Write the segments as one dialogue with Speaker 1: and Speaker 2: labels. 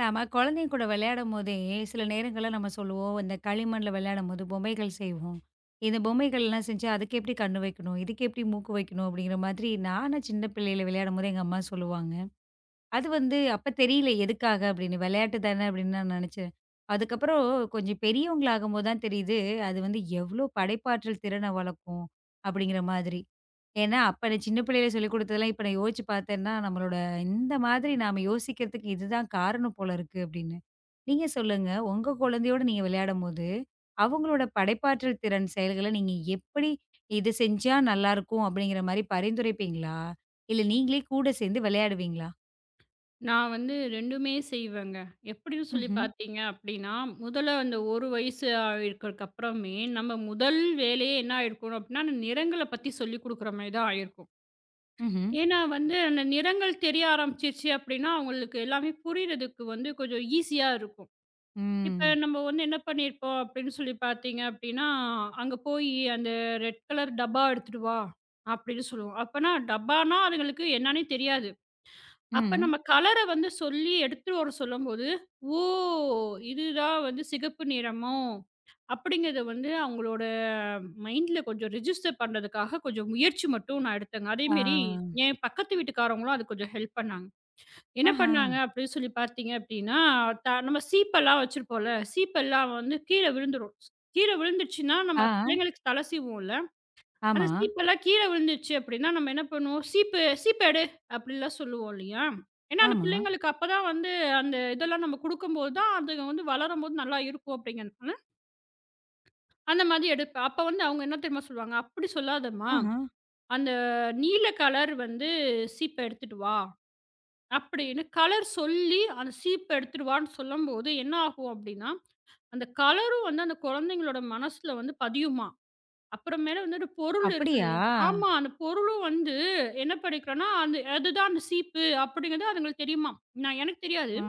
Speaker 1: நம்ம குழந்தைங்க கூட விளையாடும்போதே, சில நேரங்கள்ல நம்ம சொல்லுவோம், இந்த களிமண்ல விளையாடும்போது பொம்மைகள் செய்வோம். இந்த பொம்மைகள்லாம் செஞ்சு அதுக்கு எப்படி கண்ணு வைக்கணும்? இதுக்கு எப்படி மூக்கு வைக்கணும்? அப்படிங்கிற மாதிரி நானும் சின்ன பிள்ளையில விளையாடும்போது எங்க அம்மா சொல்லுவாங்க. அது வந்து அப்ப தெரியல எதுக்காக அப்படின்னு, விளையாட்டு தான அப்படின்னு நான் நினைச்சேன். அதுக்கப்புறம் கொஞ்சம் பெரியவங்களாகும்போது தான் தெரியுது, அது வந்து எவ்ளோ படைப்பாற்றல் திறன வளர்க்கும் அப்படிங்கிற மாதிரி. ஏன்னா, அப்ப நான் சின்ன பிள்ளையில சொல்லிக் குடுத்ததெல்லாம் இப்ப நான் யோசிச்சு பார்த்தேன்னா, நம்மளோட இந்த மாதிரி நாம யோசிக்கிறதுக்கு இதுதான் காரணம் போல இருக்கு அப்படின்னு. நீங்க சொல்லுங்க, உங்க குழந்தையோட நீங்க விளையாடும்போது, அவங்களோட படைப்பாற்றல் திறன் செயல்கள நீங்க எப்படி இது செஞ்சா நல்லாருக்கும் அப்படிங்கிற மாரி பரிந்துரைப்பீங்களா? இல்ல நீங்களே கூட சேர்ந்து விளையாடுவீங்களா?
Speaker 2: நான் வந்து 2மே செய்வேங்க. எப்படின்னு சொல்லி
Speaker 1: ம்ஹ்ம்.
Speaker 2: பார்த்தீங்க அப்படின்னா, முதல்ல அந்த 1 வயசு ஆயிருக்கறக்கப்புறமே, நம்ம முதல் வேலையே என்ன ஆயிருக்கணும் அப்படின்னா, அந்த நிறங்கள பத்தி சொல்லிக் குடுக்குற மாரி தான் ஆயிருக்கும்.
Speaker 1: ம்ஹ்ம்.
Speaker 2: ஏன்னா வந்து அந்த நிறங்கள் தெரிய ஆரம்பிச்சிருச்சு அப்படின்னா, அவங்களுக்கு எல்லாமே புரியிறதுக்கு வந்து கொஞ்சம் ஈஸியா இருக்கும். இப்ப
Speaker 1: ம்.
Speaker 2: நம்ம வந்து என்ன பண்ணியிருப்போம் அப்படின்னு சொல்லி பார்த்தீங்க அப்படின்னா, "அங்க போயி அந்த ரெட் கலர் டப்பா எடுத்துட்டு வா" அப்படின்னு சொல்லுவோம். அப்பன்னா டப்பான்னா அதுங்களுக்கு என்னான்னே தெரியாது. அப்ப
Speaker 1: ம்.
Speaker 2: நம்ம கலர வந்து சொல்லி எடுத்துட்டு வர சொல்லும்போது, "ஓ! இதுதான் வந்து சிகப்பு நிறமோ!" அப்படிங்கிறத வந்து அவங்களோட மைண்ட்ல கொஞ்சம் ரிஜிஸ்டர் பண்றதுக்காக கொஞ்சம் முயற்சி மட்டும் நான் எடுத்தேங்க.
Speaker 1: ஆ.
Speaker 2: அதேமாரி என் பக்கத்து வீட்டுக்காரவங்களும் அதுக்கு கொஞ்சம் ஹெல்ப் பண்ணாங்க. என்ன
Speaker 1: ஆஹா.
Speaker 2: பண்ணாங்க அப்படின்னு சொல்லி பார்த்தீங்க அப்படின்னா, நம்ம சீப்பெல்லாம் வச்சிருப்போம்ல, சீப்பெல்லாம் வந்து கீழ விழுந்துரும். கீழ விழுந்துருச்சுன்னா,
Speaker 1: ஆ.
Speaker 2: நம்ம பிள்ளைங்களுக்கு தலை சீவுவோம்ல. அந்த
Speaker 1: ஆமா.
Speaker 2: சீப்பெல்லாம் கீழ விழுந்துச்சு அப்படின்னா, நம்ம என்ன பண்ணுவோம், "சீப்பு சீப்பு எடு" அப்படிலாம் சொல்லுவோம் இல்லையா? ஏன்னா, அந்த
Speaker 1: ஆமா.
Speaker 2: பிள்ளைங்களுக்கு அப்பதான் வந்து அந்த இதெல்லாம் நம்ம குடுக்கும்போது தான், அதுங்க வந்து வளரும்போது நல்லா இருக்கும் அப்படிங்கிறனால, அந்த மாதிரி எடுப்பேன். அப்ப வந்து அவங்க என்ன தெரியுமா சொல்லுவாங்க, "அப்படி சொல்லாதம்மா,
Speaker 1: ஆஹா.
Speaker 2: அந்த நீல கலர் வந்து சீப்ப எடுத்துட்டு வா" அப்படின்னு கலர் சொல்லி அந்த சீப்ப எடுத்துட்டு வான்னு சொல்லும்போது என்ன ஆகும் அப்படின்னா, அந்த கலரும் வந்து அந்த குழந்தைங்களோட மனசுல வந்து பதியுமா. அப்புறமேல வந்து ஒரு பொருள் இருக்கு
Speaker 1: அப்படியா?
Speaker 2: இல்லையா? ஆமா. அந்த பொருளும் வந்து என்ன பண்ணிக்கிறோம்னா, அந்த அதுதான் அந்த சீப்பு அப்படிங்கிறது அதுங்களுக்கு தெரியுமாம். நான் எனக்கு தெரியாது.
Speaker 1: ஆ.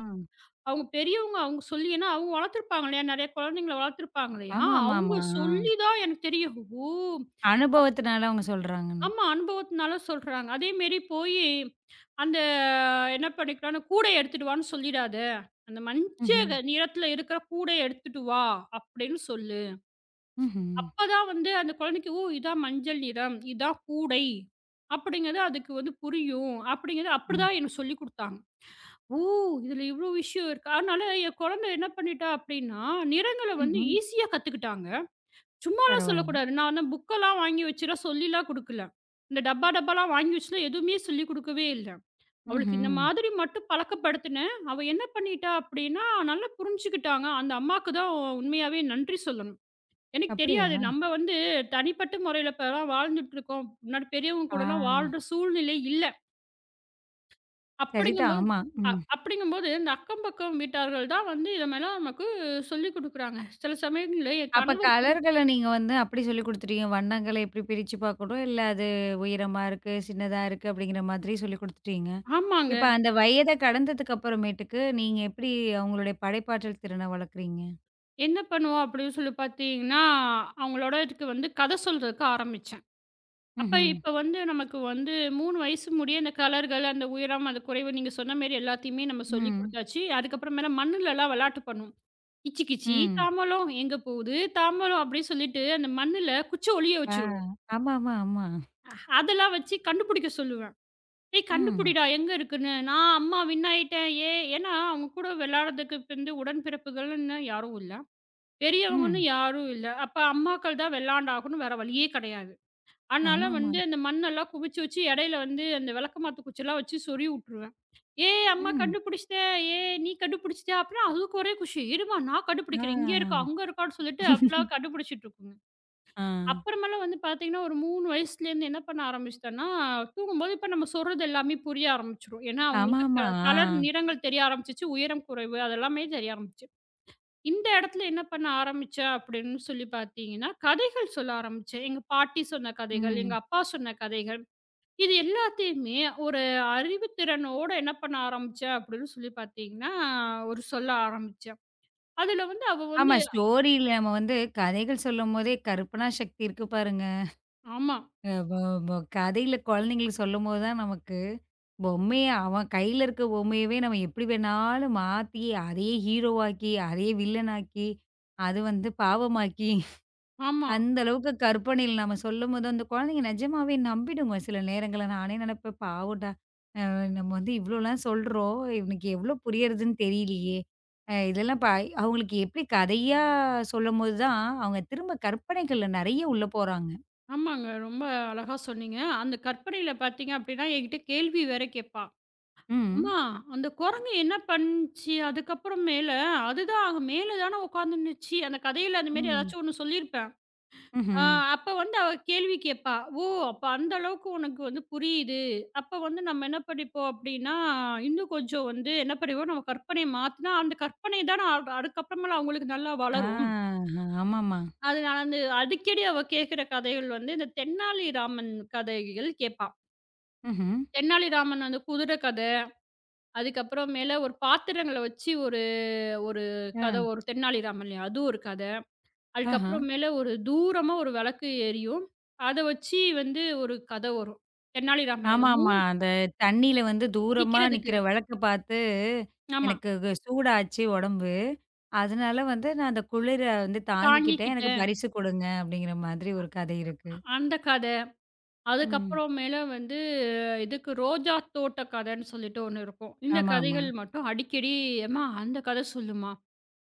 Speaker 2: அவங்க பெரியவங்க அவங்க சொல்லி ஏன்னா அவங்க வளர்த்துருப்பாங்க இல்லையா? நெறைய குழந்தைங்கள வளர்த்துருப்பாங்க இல்லையா? அவங்க
Speaker 1: ஆமாமாமா. ஆ.
Speaker 2: சொல்லி தான் எனக்கு தெரியும். ஓ!
Speaker 1: அனுபவத்தினால அவங்க சொல்றாங்கன்னு.
Speaker 2: ஆமா. அனுபவத்தினால சொல்றாங்க. அதேமாரி போயி அந்த என்ன பண்ணிக்கிறான், "அந்த கூடைய எடுத்துட்டு வான்னு சொல்லிடாத. அந்த மஞ்ச
Speaker 1: ம்ஹ்ம்.
Speaker 2: க நிறத்துல இருக்கிற கூடைய எடுத்துட்டு வா" அப்படின்னு சொல்லு.
Speaker 1: ம்ஹ்ம்.
Speaker 2: அப்பதான் வந்து அந்த குழந்தைக்கு, "ஓ! இதான் மஞ்சள் நிறம். இதான் கூடை." அப்படிங்கிறது அதுக்கு வந்து புரியும். அப்படிங்கிறது
Speaker 1: ம்.
Speaker 2: அப்படிதான் எனக்கு சொல்லிக் குடுத்தாங்க. ஓ! இதுல இவ்ளோ விஷயம் இருக்கு. அதனால என் குழந்தை என்ன பண்ணிட்டா அப்படின்னா, நிறங்கள வந்து
Speaker 1: ம்ஹ்ம்.
Speaker 2: ஈஸியா கத்துக்கிட்டாங்க. சும்மாலாம்
Speaker 1: பரவால்ல.
Speaker 2: சொல்லக்கூடாது. நான் வந்து புக்கெல்லாம் வாங்கி வச்சுலாம் சொல்லிலாம் குடுக்கல. இந்த டப்பா டப்பாலாம் வாங்கி வச்சுலாம் எதுவுமே சொல்லிக் குடுக்கவே இல்ல. அவளுக்கு இந்த
Speaker 1: ம்ஹ்ம்.
Speaker 2: மாதிரி மட்டும் பழக்கப்படுத்தினேன். அவ என்ன பண்ணிட்டா அப்படின்னா, நல்லா புரிஞ்சுக்கிட்டாங்க. அந்த அம்மாக்கு தான் உண்மையாவே நன்றி சொல்லணும். எனக்கு தெரியாது.
Speaker 1: அப்படியா?
Speaker 2: நம்ம வந்து தனிப்பட்ட முறையில இப்பலாம் வாழ்ந்துட்டுருக்கோம். முன்னாடி பெரியவங்க
Speaker 1: ஆ.
Speaker 2: கூடலாம் வாழ்ற சூழ்நிலை இல்ல.
Speaker 1: சரிதான்.
Speaker 2: அப்படிங்கும்போது
Speaker 1: ஆமா. ம்.
Speaker 2: அப்படிங்கும்போது இந்த அக்கம் பக்கம் வீட்டார்கள் தான் வந்து இதமாரிலாம் நமக்கு சொல்லிக் குடுக்குறாங்க. சில சமயங்கள்ல என்
Speaker 1: அப்ப
Speaker 2: கணவர் கூட
Speaker 1: கலர்கள நீங்க வந்து அப்படி சொல்லிக் குடுத்துட்டீங்க. வண்ணங்கள எப்படி பிரிச்சு பார்க்கணும், இல்ல அது உயரமா இருக்கு, சின்னதா இருக்கு அப்படிங்கிற மாதிரி சொல்லிக் குடுத்துட்டீங்க.
Speaker 2: ஆமாங்க.
Speaker 1: இப்ப அந்த வயத கடந்ததுக்கு அப்புறமேட்டுக்கு, நீங்க எப்படி அவங்களுடைய படைப்பாற்றல் திறன வளர்க்குறீங்க?
Speaker 2: என்ன பண்ணுவோம் அப்படின்னு சொல்லி பார்த்தீங்கன்னா, அவங்களோட இதுக்கு வந்து கதை சொல்றதுக்கு ஆரம்பிச்சேன். அப்ப
Speaker 1: ம்ஹ்ம்.
Speaker 2: இப்ப வந்து நமக்கு வந்து 3 வயசு முடிய அந்த கலர்கள், அந்த உயரம், அந்த குறைவு நீங்க சொன்ன மாரி எல்லாத்தையுமே நம்ம சொல்லிக்
Speaker 1: ம்.
Speaker 2: குடுத்தாச்சு. அதுக்கப்புறமேல மண்ணுலலாம் விளையாட்டு பண்ணுவோம். கிச்சு கிச்சி
Speaker 1: ம்.
Speaker 2: தாம்பலம் எங்க போகுது? தாம்பலம் அப்டின்னு சொல்லிட்டு அந்த மண்ணுல குச்சி ஒளிய
Speaker 1: ஆ.
Speaker 2: வச்சுருவோம்.
Speaker 1: ஆமாமா, ஆமா. ஆமா.
Speaker 2: அதெல்லாம் வச்சு கண்டுபிடிக்க சொல்லுவேன். "ஏய்
Speaker 1: ம்.
Speaker 2: கண்டுபிடிடா எங்க இருக்குன்னு." நான் அம்மா வின் ஆயிட்டேன். ஏன்னா அவங்க கூட விளையாடுறதுக்கு இப்ப வந்து உடன்பிறப்புகள்ன்னு யாரும் இல்ல. பெரியவங்கன்னு
Speaker 1: ம்.
Speaker 2: யாரும் இல்ல. அப்ப அம்மாக்கள் தான் விளையாண்டாகணும். வேற வழியே கிடையாது. அதனால
Speaker 1: ஆமாமா.
Speaker 2: வந்து அந்த மண்ணெல்லாம் குவிச்சு வச்சு இடையில வந்து அந்த விளக்கமாத்து குச்சிலாம் வச்சு சொறி விட்டுருவேன். "ஏய் அம்மா
Speaker 1: ம்.
Speaker 2: கண்டுபிடிச்சிட்டேன். ஏய் நீ கண்டுபிடிச்சிட்ட." அப்புறம் அதுக்கு ஒரே குஷி. "இரும்மா நான் கண்டுபிடிக்கிறேன். இங்கே இருக்கா,
Speaker 1: ஆ.
Speaker 2: அங்கே இருக்கான்னு" சொல்லிட்டு அப்பலாம் கண்டுபிடிச்சிட்டு இருக்குங்க.
Speaker 1: ஆ.
Speaker 2: அப்புறமேல வந்து பார்த்தீங்கன்னா, ஒரு 3 வயசுலேருந்து என்ன பண்ண ஆரம்பிச்சுட்டேன்னா, தூங்கும்போது இப்ப நம்ம சொல்றது எல்லாமே புரிய ஆரம்பிச்சுரும். ஏன்னா அவங்களுக்கு
Speaker 1: ஆமாமா. ஆ.
Speaker 2: கலர் நிறங்கள் தெரிய ஆரம்பிச்சுச்சு. உயரம், குறைவு அதெல்லாமே தெரிய ஆரம்பிச்சு இந்த இடத்துல என்ன பண்ண ஆரம்பிச்சேன் அப்படின்னு சொல்லி பார்த்தீங்கன்னா, கதைகள் சொல்ல ஆரம்பிச்சேன். எங்க பாட்டி சொன்ன கதைகள், எங்க
Speaker 1: ம்.
Speaker 2: அப்பா சொன்ன கதைகள். இது எல்லாத்தையுமே ஒரு அறிவுத்திறனோட என்ன பண்ண ஆரம்பிச்சேன் அப்படின்னு சொல்லி பார்த்தீங்கன்னா, ஒரு சொல்ல ஆரம்பிச்சேன். அதுல வந்து அவ
Speaker 1: ஆமா.
Speaker 2: வந்து
Speaker 1: ஸ்டோரியில நம்ம வந்து கதைகள் சொல்லும்போதே கற்பனா சக்தி இருக்கு பாருங்க.
Speaker 2: ஆமா,
Speaker 1: அ வ வ கதையில குழந்தைங்களுக்கு சொல்லும்போது தான் நமக்கு பொம்மைய அவன் கையில இருக்க பொம்மையவே நம்ம எப்படி வேணாலும் மாத்தி, அதையே ஹீரோவாக்கி, அதையே வில்லனாக்கி, அது வந்து பாவமாக்கி,
Speaker 2: ஆமா,
Speaker 1: அந்த அளவுக்கு கற்பனையில நம்ம சொல்லும்போது, அந்த குழந்தைங்க நிஜமாவே நம்பிடுங்க சில நேரங்கள்ல. நானே நினைப்பேன், "பாவம்டா! நம்ம வந்து இவ்ளோலாம் சொல்றோம். இவனுக்கு எவ்ளோ புரியறதுன்னு தெரியலையே!" அ இதெல்லாம் ப அவங்களுக்கு எப்படி கதையா சொல்லும்போது தான், அவங்க திரும்ப கற்பனைகள்ல நெறைய உள்ள போறாங்க.
Speaker 2: ஆமாங்க. ரொம்ப அழகா சொன்னீங்க. அந்த கற்பனையில பார்த்தீங்க அப்படின்னா, என்கிட்ட கேள்வி வேற கேட்பா.
Speaker 1: ம்.
Speaker 2: "அம்மா அந்த குரங்கு என்ன பண்ணுச்சு அதுக்கப்புறம் மேல? அதுதான் மேல தான உட்காந்துருந்துச்சு." அந்த கதையில அந்த மாரி
Speaker 1: ம்.
Speaker 2: ஏதாச்சும் ஒண்ணு சொல்லியிருப்பேன். ஆ
Speaker 1: ம்ஹ்ம்.
Speaker 2: அப்ப வந்து அவ கேள்வி கேட்பா. ஓ! அப்ப அந்த அளவுக்கு உனக்கு வந்து புரியுது. அப்ப வந்து நம்ம என்ன படிப்போம் அப்டின்னா, இன்னும் கொஞ்சம் வந்து என்ன படிப்போம், நம்ம கற்பனைய மாத்துனா, அந்த கற்பனை தான் அதுக்கப்புறமேல அவங்களுக்கு நல்லா
Speaker 1: ஆ
Speaker 2: வளரும்.
Speaker 1: ஆமாமா.
Speaker 2: அதனால வந்து அடிக்கடி அவ கேட்கிற கதைகள் வந்து இந்த தென்னாலிராமன் கதைகள் கேட்பா.
Speaker 1: ம்ஹ்ம்.
Speaker 2: தென்னாலிராமன் அந்த குதிரை கத, அதுக்கப்புறம் மேல ஒரு பாத்திரங்கள வச்சு ஒரு ஒரு கத
Speaker 1: அ.
Speaker 2: வரும் தென்னாலிராமன்லயும். அது ஒரு கத.
Speaker 1: ஆஹா.
Speaker 2: அதுக்கப்புறமேல ஒரு தூரமா ஒரு விளக்கு எரியும். அத வச்சு வந்து ஒரு கதை வரும். தெனாலிராமன் இந்த
Speaker 1: ஆமாமா.
Speaker 2: 3
Speaker 1: அந்த தண்ணீல வந்து தூரமா
Speaker 2: நிக்கிறதுக்கு.
Speaker 1: நிக்கிற விளக்க பார்த்து,
Speaker 2: ஆமா.
Speaker 1: எனக்கு சூடாச்சு உடம்பு. அதனால வந்து நான் அந்த குளிர வந்து தாங்கிக்கிட்டேன். எனக்கு
Speaker 2: தாங்கிக்கிட்டேன்
Speaker 1: பரிசு கொடுங்க அப்படிங்கிற மாதிரி ஒரு கதை இருக்கு.
Speaker 2: அந்த கதை.
Speaker 1: ம்.
Speaker 2: அதுக்கப்புறமேல வந்து இதுக்கு ரோஜா தோட்ட கதைன்னு சொல்லிட்டு ஒண்ணு இருக்கும். இந்த
Speaker 1: ஆமாமா.
Speaker 2: கதைகள் மட்டும் அடிக்கடி "எம்மா அந்த கதை சொல்லுமா."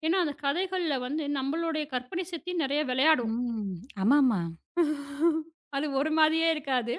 Speaker 2: ஏன்னா அந்த கதைகள்ல வந்து நம்மளுடைய கற்பனை சக்தி நெறைய விளையாடும்.
Speaker 1: ம். ஆமாமா.
Speaker 2: அது ஒரு மாதிரியே இருக்காது.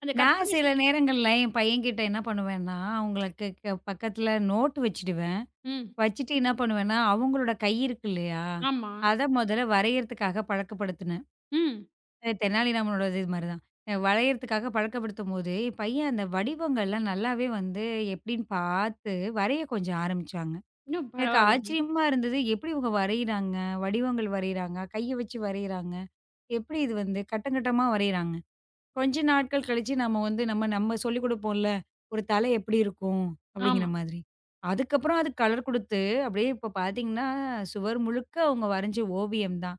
Speaker 2: அந்த
Speaker 1: நான்
Speaker 2: கற்பனை
Speaker 1: சில
Speaker 2: சக்
Speaker 1: நேரங்கள்ல என் பையன்கிட்ட என்ன பண்ணுவேன்னா, அவங்களுக்கு பக்கத்துல நோட் வச்சுடுவேன்.
Speaker 2: ம்.
Speaker 1: வச்சுட்டு என்ன பண்ணுவேன்னா, அவங்களோட கை இருக்கு இல்லையா?
Speaker 2: ஆமா.
Speaker 1: அத முதல்ல வரையறதுக்காக பழக்கப்படுத்துனேன்.
Speaker 2: ம்.
Speaker 1: தெனாலிராமனோட இது மாரிதான். வளையறதுக்காக பழக்கப்படுத்தும்போது, என் பையன் அந்த வடிவங்கள்லாம் நல்லாவே வந்து எப்படின்னு பார்த்து வரைய கொஞ்சம் ஆரம்பிச்சாங்க.
Speaker 2: இன்னும்
Speaker 1: எனக்கு
Speaker 2: பரவாயில்லங்க.
Speaker 1: ஆச்சரியமா இருந்தது. எப்படி இவங்க வரையிறாங்க? வடிவங்கள் வரையிறாங்க, கைய வச்சு வரையிறாங்க. எப்படி இது வந்து கட்டம் கட்டமா வரையிறாங்க? கொஞ்ச நாட்கள் கழிச்சு நம்ம வந்து நம்ம நம்ம சொல்லிக் குடுப்போம்ல. ஒரு தலை எப்படி இருக்கும்? அப்படிங்கிற
Speaker 2: ஆமா,
Speaker 1: மாதிரி. அதுக்கப்புறம் அது கலர் குடுத்து, அப்படியே இப்போ பார்த்தீங்கன்னா, சுவர் முழுக்க அவங்க வரைஞ்ச ஓவியம் தான்.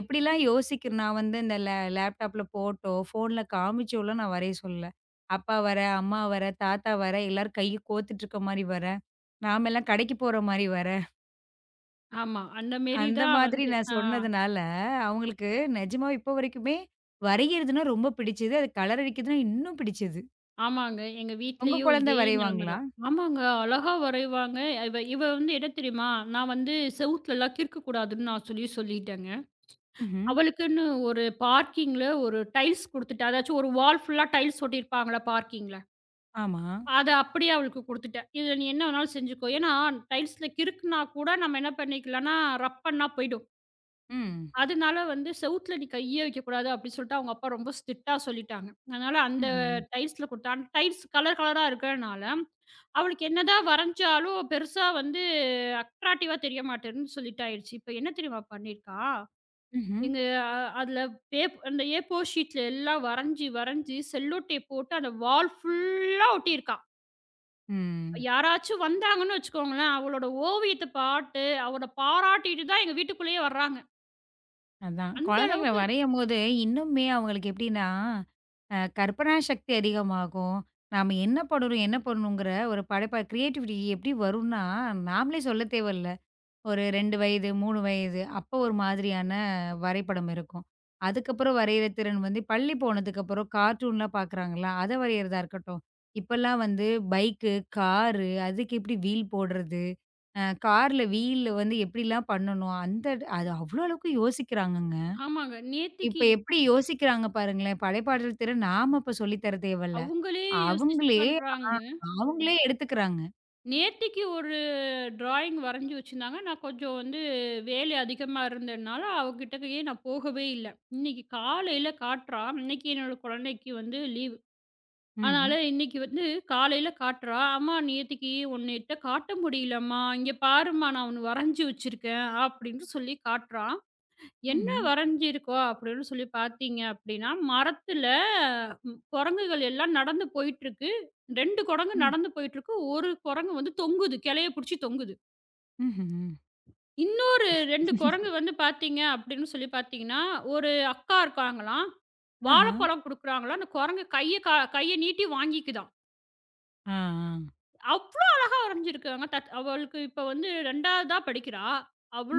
Speaker 1: எப்படிலாம் யோசிக்கிறேன் நான் வந்து இந்த லேப்டாப்ல போட்டோ, ஃபோன்ல காமிச்சோலாம் நான் வரைய சொல்லல. அப்பா வரேன், அம்மா வரேன், தாத்தா வரேன், எல்லாரும் கைய கோத்துட்டு இருக்க மாரி வரேன். நாமெல்லாம் கடைக்கு போற மாரி வரேன்.
Speaker 2: ஆமா. அந்த மேரி
Speaker 1: அந்த
Speaker 2: தான்
Speaker 1: மாதிரி
Speaker 2: வந்து
Speaker 1: நான்
Speaker 2: ஆ.
Speaker 1: சொன்னதுனால, அவங்களுக்கு நிஜமா இப்போ வரைக்குமே வரையிறதுன்னா ரொம்ப பிடிச்சது. அது கலர் அடிக்கிறதுன்னா இன்னும் பிடிச்சது.
Speaker 2: ஆமாங்க. எங்க
Speaker 1: உங்க
Speaker 2: வீட்லயும்
Speaker 1: குழந்தை
Speaker 2: இதே நிலைமை
Speaker 1: வரைவாங்களா?
Speaker 2: தான். ஆமாங்க. அழகா வரைவாங்க. இவ இவ வந்து என்ன தெரியுமா? நான் வந்து செவுத்துலலாம் கிறுக்கக்கூடாதுன்னு நான் சொல்லி சொல்லிட்டேங்க.
Speaker 1: ம்ஹ்ம்.
Speaker 2: அவளுக்குன்னு ஒரு பார்க்கிங்ல ஒரு டைல்ஸ் குடுத்துட்டேன். அதாச்சும் ஒரு வால் ஃபுல்லா டைல்ஸ் ஒட்டியிருப்பாங்கள்ல பார்க்கிங்ல.
Speaker 1: ஆமா.
Speaker 2: அத அப்படியே அவளுக்கு குடுத்துட்டேன். "இதில நீ என்ன வேணாலும் செஞ்சுக்கோ." ஏன்னா டைல்ஸ்ல கிறுக்குனா கூட நம்ம என்ன பண்ணிக்கலாம்னா, ரப்பன்னா போயிடும்.
Speaker 1: ம்.
Speaker 2: அதனால வந்து செவுத்துல நீ கையே வைக்கக்கூடாது அப்படின்னு சொல்லிட்டு அவங்க அப்பா ரொம்ப ஸ்ட்ரிக்ட்டா சொல்லிட்டாங்க. அதனால அந்த
Speaker 1: ம்ஹ்ம்.
Speaker 2: டைல்ஸ்ல குடுத்தாங்க. டைல்ஸ் கலர் கலரா இருக்கிறனால, அவளுக்கு என்னதான் வரைஞ்சாலும் பெருசா வந்து அட்ராக்டிவா தெரிய மாட்டேன்னு சொல்லிட்டு ஆயிடுச்சு. இப்ப என்ன தெரியுமா பண்ணியிருக்கா?
Speaker 1: ம்ஹ்ம்.
Speaker 2: எங்க அ அதுல பேப் அந்த ஏ ஃபோர் ஷீட்ல எல்லாம் வரைஞ்சு, வரைஞ்சு செல்லோ டேப் போட்டு அந்த வால் ஃபுல்லா ஒட்டியிருக்கா.
Speaker 1: ம்.
Speaker 2: யாராச்சும் வந்தாங்கன்னு வச்சுக்கோங்களேன், அவளோட ஓவியத்த பாத்து, அவள பாராட்டிட்டு தான் எங்க வீட்டுக்குள்ளேயே வர்றாங்க.
Speaker 1: அதான்.
Speaker 2: அந்த
Speaker 1: குழந்தைங்கள
Speaker 2: அளவுக்கு
Speaker 1: வரையும்போது இன்னுமே அவங்களுக்கு எப்படின்னா, கற்பனா சக்தி அதிகமாகும். நாம என்ன பண்ணணும், என்ன பண்ணணுங்கிற ஒரு படைப்பா கிரியேட்டிவிட்டி எப்படி வரும்னா, நாமளே சொல்ல தேவையில்ல. ஒரு 2 வயது, 3 வயது அப்போ ஒரு மாதிரியான வரைபடம் இருக்கும். அதுக்கப்புறம் வரையிற திறன் வந்து பள்ளி போனதுக்கப்புறம் கார்ட்டூன்லாம் பார்க்குறாங்கல்ல, அத வரையிறதா இருக்கட்டும். இப்பல்லாம் வந்து பைக்கு, காரு அதுக்கு எப்படி வீல் போடுறது, கார்ல வீல்ல வந்து எப்படிலாம் பண்ணணும், அந்த அது அவ்வளோ அளவுக்கு யோசிக்கிறாங்கங்க.
Speaker 2: ஆமாங்க.
Speaker 1: இப்ப
Speaker 2: நேத்திக்கு
Speaker 1: எப்படி யோசிக்கிறாங்க பாருங்களேன்! படைப்பாற்றல் திறன் நாம இப்ப சொல்லி தர தேவல்ல.
Speaker 2: அவங்களே யோசிச்சு
Speaker 1: அவங்களே
Speaker 2: பண்றாங்க.
Speaker 1: அவங்களே எடுத்துக்கிறாங்க.
Speaker 2: நேத்திக்கு ஒரு டிராயிங் வரைஞ்சு வச்சிருந்தாங்க. நான் கொஞ்சம் வந்து வேலை அதிகமா இருந்ததுனால, அவகிட்டயே நான் போகவே இல்ல. இன்னைக்கு காலையில காட்டுறா. இன்னைக்கு என்னோட குழந்தைக்கு வந்து லீவு. அதனால
Speaker 1: ம்ஹ்ம்,
Speaker 2: இன்னைக்கு வந்து காலையில காட்டுறா. அம்மா நேத்திக்கு உன்னிட்ட காட்ட முடியலம்மா. இங்க பாரும்மா நான் ஒண்ணு வரைஞ்சு வச்சிருக்கேன். அப்படின்னு சொல்லி காட்டுறா. என்ன
Speaker 1: ம்ஹ்ம்,
Speaker 2: வரைஞ்சிருக்கோ அப்படின்னு சொல்லி பார்த்தீங்க அப்படின்னா, மரத்துல குரங்குகள் எல்லாம் நடந்து போயிட்டுருக்கு. 2 குரங்கு
Speaker 1: ம்,
Speaker 2: நடந்து போயிட்டுருக்கு. 1 குரங்கு வந்து தொங்குது. கிளைய புடிச்சு தொங்குது.
Speaker 1: ம்ஹ்ம்.
Speaker 2: இன்னொரு 2 குரங்கு வந்து பார்த்தீங்க அப்படின்னு சொல்லி பார்த்தீங்கன்னா, ஒரு அக்கா இருக்காங்களாம்.
Speaker 1: ஆஹா,
Speaker 2: வாழைப்பழம் குடுக்குறாங்களாம். அந்த குரங்கு கைய நீட்டி வாங்கிக்குதாம்.
Speaker 1: ஆ, ஆ.
Speaker 2: அவ்ளோ வரைஞ்சிருக்காங்க. அவளுக்கு இப்ப வந்து 2வதா படிக்கிறா.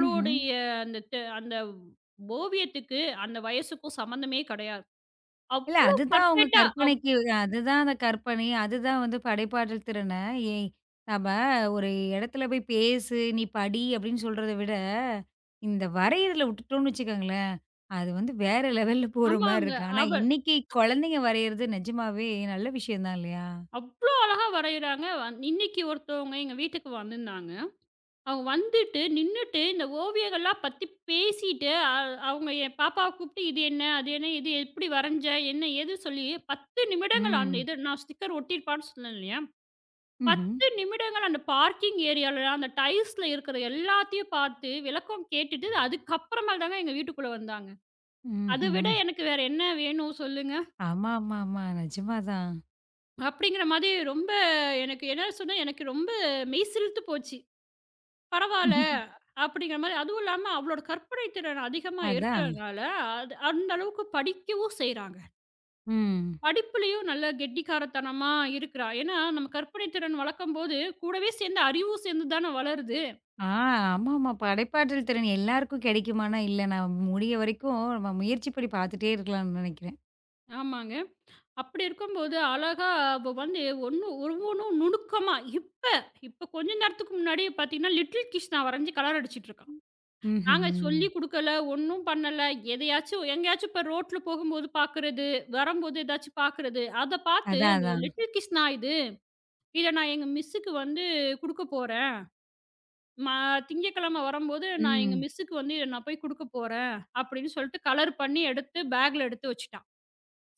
Speaker 1: ம்ஹ்ம்.
Speaker 2: அந்த ஓவியத்துக்கு அந்த வயசுக்கும் சம்மந்தமே கிடையாது.
Speaker 1: இல்ல
Speaker 2: அவ்ளோ
Speaker 1: அதுதான் அவங்க
Speaker 2: பர்ஃபெக்ட்டா அவ்
Speaker 1: கற்பனைக்கு அதுதான் அந்த கற்பனை. அதுதான் வந்து படைப்பாற்றல் திறன, ஏய் நம்ம ஒரு இடத்துல போய் பேசு, நீ படி அப்படின்னு சொல்றத விட, இந்த வரையறல விட்டுட்டோம்னு வச்சுக்கோங்களேன், அது வந்து வேற லெவல்ல போற மாரி
Speaker 2: ஆமாங்க.
Speaker 1: இருக்கு. ஆனா
Speaker 2: அவ
Speaker 1: இன்னைக்கு குழந்தைங்க வரையறது நிஜமாவே நல்ல விஷயம் தான் இல்லையா?
Speaker 2: அவ்ளோ அழகா வரையிறாங்க. இன்னைக்கு ஒருத்தவங்க எங்க வீட்டுக்கு வந்திருந்தாங்க. அவங்க வந்துட்டு, நின்னுட்டு இந்த ஓவியங்கள்லாம் பத்தி பேசிட்டு, அவங்க என் பாப்பாவ கூப்பிட்டு, "இது என்ன? அது என்ன? இது எப்படி வரைஞ்ச? என்ன? ஏது?" சொல்லி 10 நிமிடங்கள் அந்த
Speaker 1: ம்.
Speaker 2: இது நான் ஸ்டிக்கர் ஒட்டியிருப்பான்னு சொன்னேன் இல்லையா?
Speaker 1: ம்ஹ்ம்.
Speaker 2: 10 நிமிடங்கள் அந்த பார்க்கிங் ஏரியால, அந்த டைல்ஸ்ல இருக்கிற எல்லாத்தையும் பார்த்து, விளக்கம் கேட்டுட்டு, அதுக்கப்புறமேல் தாங்க எங்க வீட்டுக்குள்ள வந்தாங்க. அத விட
Speaker 1: ம்ஹ்ம்.
Speaker 2: எனக்கு வேற என்ன வேணும் சொல்லுங்க?
Speaker 1: ஆமா, ஆமா, ஆமா. நிஜமா தான்.
Speaker 2: அப்படிங்கிற மாதிரி ரொம்ப எனக்கு என்ன சொன்னா, எனக்கு ரொம்ப மெய் சிலுத்து போச்சு. பரவால்ல அப்படிங்கிற மாரி. அதுவும் இல்லாம அவளோட கற்பனை திறன் அதிகமா
Speaker 1: அதான்.
Speaker 2: இருக்கிறனால, அது அந்த அளவுக்கு படிக்கவும் செய்றாங்க.
Speaker 1: ம்.
Speaker 2: படிப்புலயும் நல்ல கெட்டிக்காரத்தனமா இருக்கிறா. ஏன்னா, நம்ம கற்பனை திறன் வளர்க்கும்போது, கூடவே சேர்ந்து அறிவும் சேர்ந்து தானே வளருது.
Speaker 1: ஆ, ஆமாமா. படைப்பாற்றல் திறன் எல்லாருக்கும் கிடைக்குமான்னா, இல்ல. நான் முடிய வரைக்கும் நம்ம முயற்சி படி பார்த்துட்டே இருக்கலாம்னு நெனைக்கிறேன்.
Speaker 2: ஆமாங்க. அப்படி இருக்கும்போது அழகா அவ வந்து ஒண்ணு ஒவ்வொன்னும் நுணுக்கமா இப்ப இப்ப கொஞ்ச நேரத்துக்கு முன்னாடி பார்த்தீங்கன்னா, லிட்டில் கிருஷ்ணா வரைஞ்சு கலர் அடிச்சிட்டுருக்கா. நாங்க
Speaker 1: ம்ஹ்ம்.
Speaker 2: சொல்லிக் குடுக்கல, ஒண்ணும் பண்ணல. எதையாச்சும் எங்கேயாச்சும் இப்ப ரோட்ல போகும்போது பார்க்கறது, வரும்போது ஏதாச்சும் பார்க்கறது. அத பார்த்து
Speaker 1: அதான்,
Speaker 2: அந்த
Speaker 1: அதான்.
Speaker 2: லிட்டில் கிஸ்னா இது. இத நான் எங்க மிஸ்ஸுக்கு வந்து குடுக்கப் போறேன். ம திங்கட்கிழமை வரும்போது நான் எங்க
Speaker 1: ம்.
Speaker 2: மிஸ்ஸுக்கு வந்து இத நான் போய் குடுக்கப் போறேன் அப்படின்னு சொல்லிட்டு கலர் பண்ணி எடுத்து பேக்ல எடுத்து வச்சுட்டா.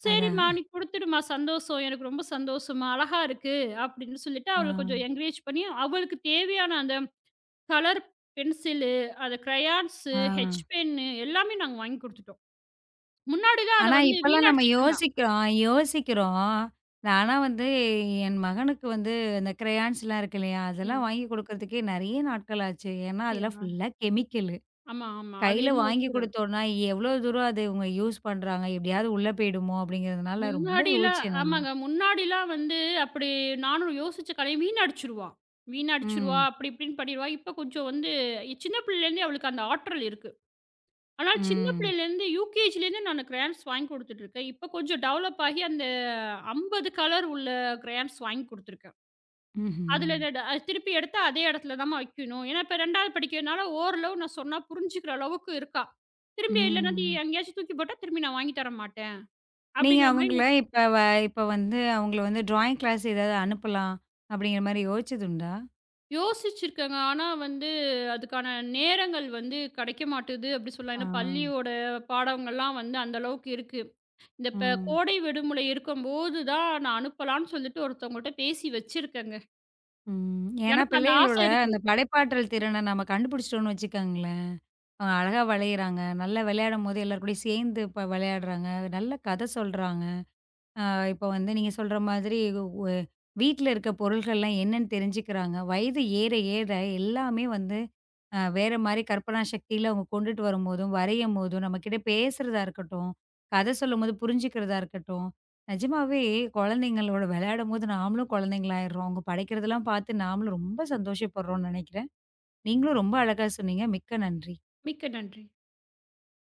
Speaker 2: "சரிம்மா,
Speaker 1: அதான்.
Speaker 2: நீ குடுத்துடும்மா சந்தோஷம். எனக்கு ரொம்ப சந்தோஷம்மா. அழகா இருக்கு" அப்படின்னு சொல்லிட்டு
Speaker 1: ஆ,
Speaker 2: அவள கொஞ்சம் என்கரேஜ் பண்ணி அவளுக்கு தேவையான அந்த கலர் பென்சிலு, அது கிரையான்ஸு,
Speaker 1: ஆ.
Speaker 2: ஹெச் பென்னு எல்லாமே நாங்க வாங்கி குடுத்துட்டோம். முன்னாடி தான் அத
Speaker 1: ஆனா
Speaker 2: வந்து
Speaker 1: இப்பலாம் நம்ம
Speaker 2: வீணடிச்சுட்டு இருந்தான்.
Speaker 1: யோசிக்கிறோம், யோசிக்கிறோம். ஆனா வந்து என் மகனுக்கு வந்து இந்த கிரையான்ஸ்லாம் இருக்கு இல்லையா? அதெல்லாம்
Speaker 2: ஆமா.
Speaker 1: வாங்கி குடுக்கறதுக்கே நெறைய நாட்கள் ஆச்சு. ஏன்னா,
Speaker 2: அப்படியா?
Speaker 1: அதெல்லாம் ஃபுல்லா கெமிக்கலு.
Speaker 2: ஆமா, ஆமா. அது
Speaker 1: கையில
Speaker 2: என்னமோ
Speaker 1: வாங்கி
Speaker 2: ஒத்துக்கிறேன்.
Speaker 1: குடுத்தோம்னா, எவ்வளோ தூரம் அது இவங்க யூஸ் பண்றாங்க? எப்படியாவது உள்ள போயிடுமோ? அப்படிங்கிறதுனால ரொம்ப
Speaker 2: முன்னாடிலாம்
Speaker 1: யோசிச்சேன் நானு.
Speaker 2: ஆமாங்க. முன்னாடிலாம் வந்து அப்படி நானும் யோசிச்ச கடைய வீணடிச்சுருவா. வீணடிச்சுருவா,
Speaker 1: ம்.
Speaker 2: அப்படி இப்படின்னு பண்ணிருவா. இப்ப கொஞ்சம் வந்து சின்ன பிள்ளையிலேருந்தே அவளுக்கு அந்த ஆற்றல் இருக்கு. அதனால சின்ன
Speaker 1: ம்.
Speaker 2: பிள்ளையிலேருந்து யூகேஜிலேருந்து நானு கிரையான்ஸ் வாங்கி குடுத்துட்டுருக்கேன். இப்ப கொஞ்சம் டெவலப் ஆகி அந்த 50 கலர் உள்ள கிரையான்ஸ் வாங்கி குடுத்துருக்கேன்.
Speaker 1: ம்ஹ்ம்.
Speaker 2: அதுல திருப்பி எடுத்து அதே இடத்துல தாம்மா வைக்கணும். ஏன்னா, இப்ப 2வது படிக்கிறனால ஓரளவு நான் சொன்னா புரிஞ்சுக்கிற அளவுக்கு இருக்கா. திரும்பி இல்லனாட்டி
Speaker 1: ம்.
Speaker 2: எங்கேயாச்சும் தூக்கி போட்டா, திரும்பி நான் வாங்கி தர மாட்டேன்.
Speaker 1: நீங்க
Speaker 2: அப்படிங்கிற மாரி
Speaker 1: அவங்கள
Speaker 2: நான்
Speaker 1: இப்ப வந்து அவங்கள வந்து ட்ராயிங் கிளாஸ் ஏதாவது அனுப்பலாம், அப்படிங்கிற மாரி யோசிச்சதுண்டா?
Speaker 2: யோசிச்சிருக்கேங்க. ஆனா வந்து அதுக்கான நேரங்கள் வந்து கிடைக்க மாட்டுது அப்படி சொல்லலாம்.
Speaker 1: ஆ.
Speaker 2: ஏன்னா, பள்ளியோட பாடங்கள்லாம் வந்து அந்த அளவுக்கு இருக்கு. இந்த இப்ப
Speaker 1: ம்.
Speaker 2: கோடை விடுமுறை இருக்கும்போது தான் நான் அனுப்பலான்னு சொல்லிட்டு ஒருத்தவங்கள்ட்ட பேசி வச்சிருக்கேங்க.
Speaker 1: ம். ஏன்னா
Speaker 2: எனக்கு அந்த ஆசை
Speaker 1: பிள்ளைகளோட
Speaker 2: இருக்கு.
Speaker 1: அந்த படைப்பாற்றல் திறன நம்ம கண்டுபிடிச்சிட்டோம்னு வச்சுக்கோங்களேன், அவங்க அழகா வளையிறாங்க, நல்லா விளையாடும்போது எல்லார் கூடயும் சேர்ந்து இப்ப விளையாடுறாங்க, நல்ல கதை சொல்றாங்க. இப்ப வந்து நீங்க சொல்ற மாதிரி வீட்ல இருக்க பொருள்கள்லாம் என்னன்னு தெரிஞ்சுக்கிறாங்க. வயது ஏற ஏற எல்லாமே வந்து வேற மாரி கற்பனா சக்தியில அவங்க கொண்டுட்டு வரும்போதும், வரையும்போதும், நம்மகிட்ட பேசுறதா இருக்கட்டும், கத சொல்லும்போது புரிஞ்சுக்கிறதா இருக்கட்டும், நிஜமாவே குழந்தைங்களோட விளையாடும்போது நாமளும் குழந்தைங்களாயிடுறோம். அவங்க படைக்கிறதெல்லாம் பார்த்து நாமளும் ரொம்ப சந்தோஷப்படுறோம்னு நெனைக்கிறேன். நீங்களும் ரொம்ப அழகா சொன்னீங்க. மிக்க நன்றி.
Speaker 2: மிக்க நன்றி.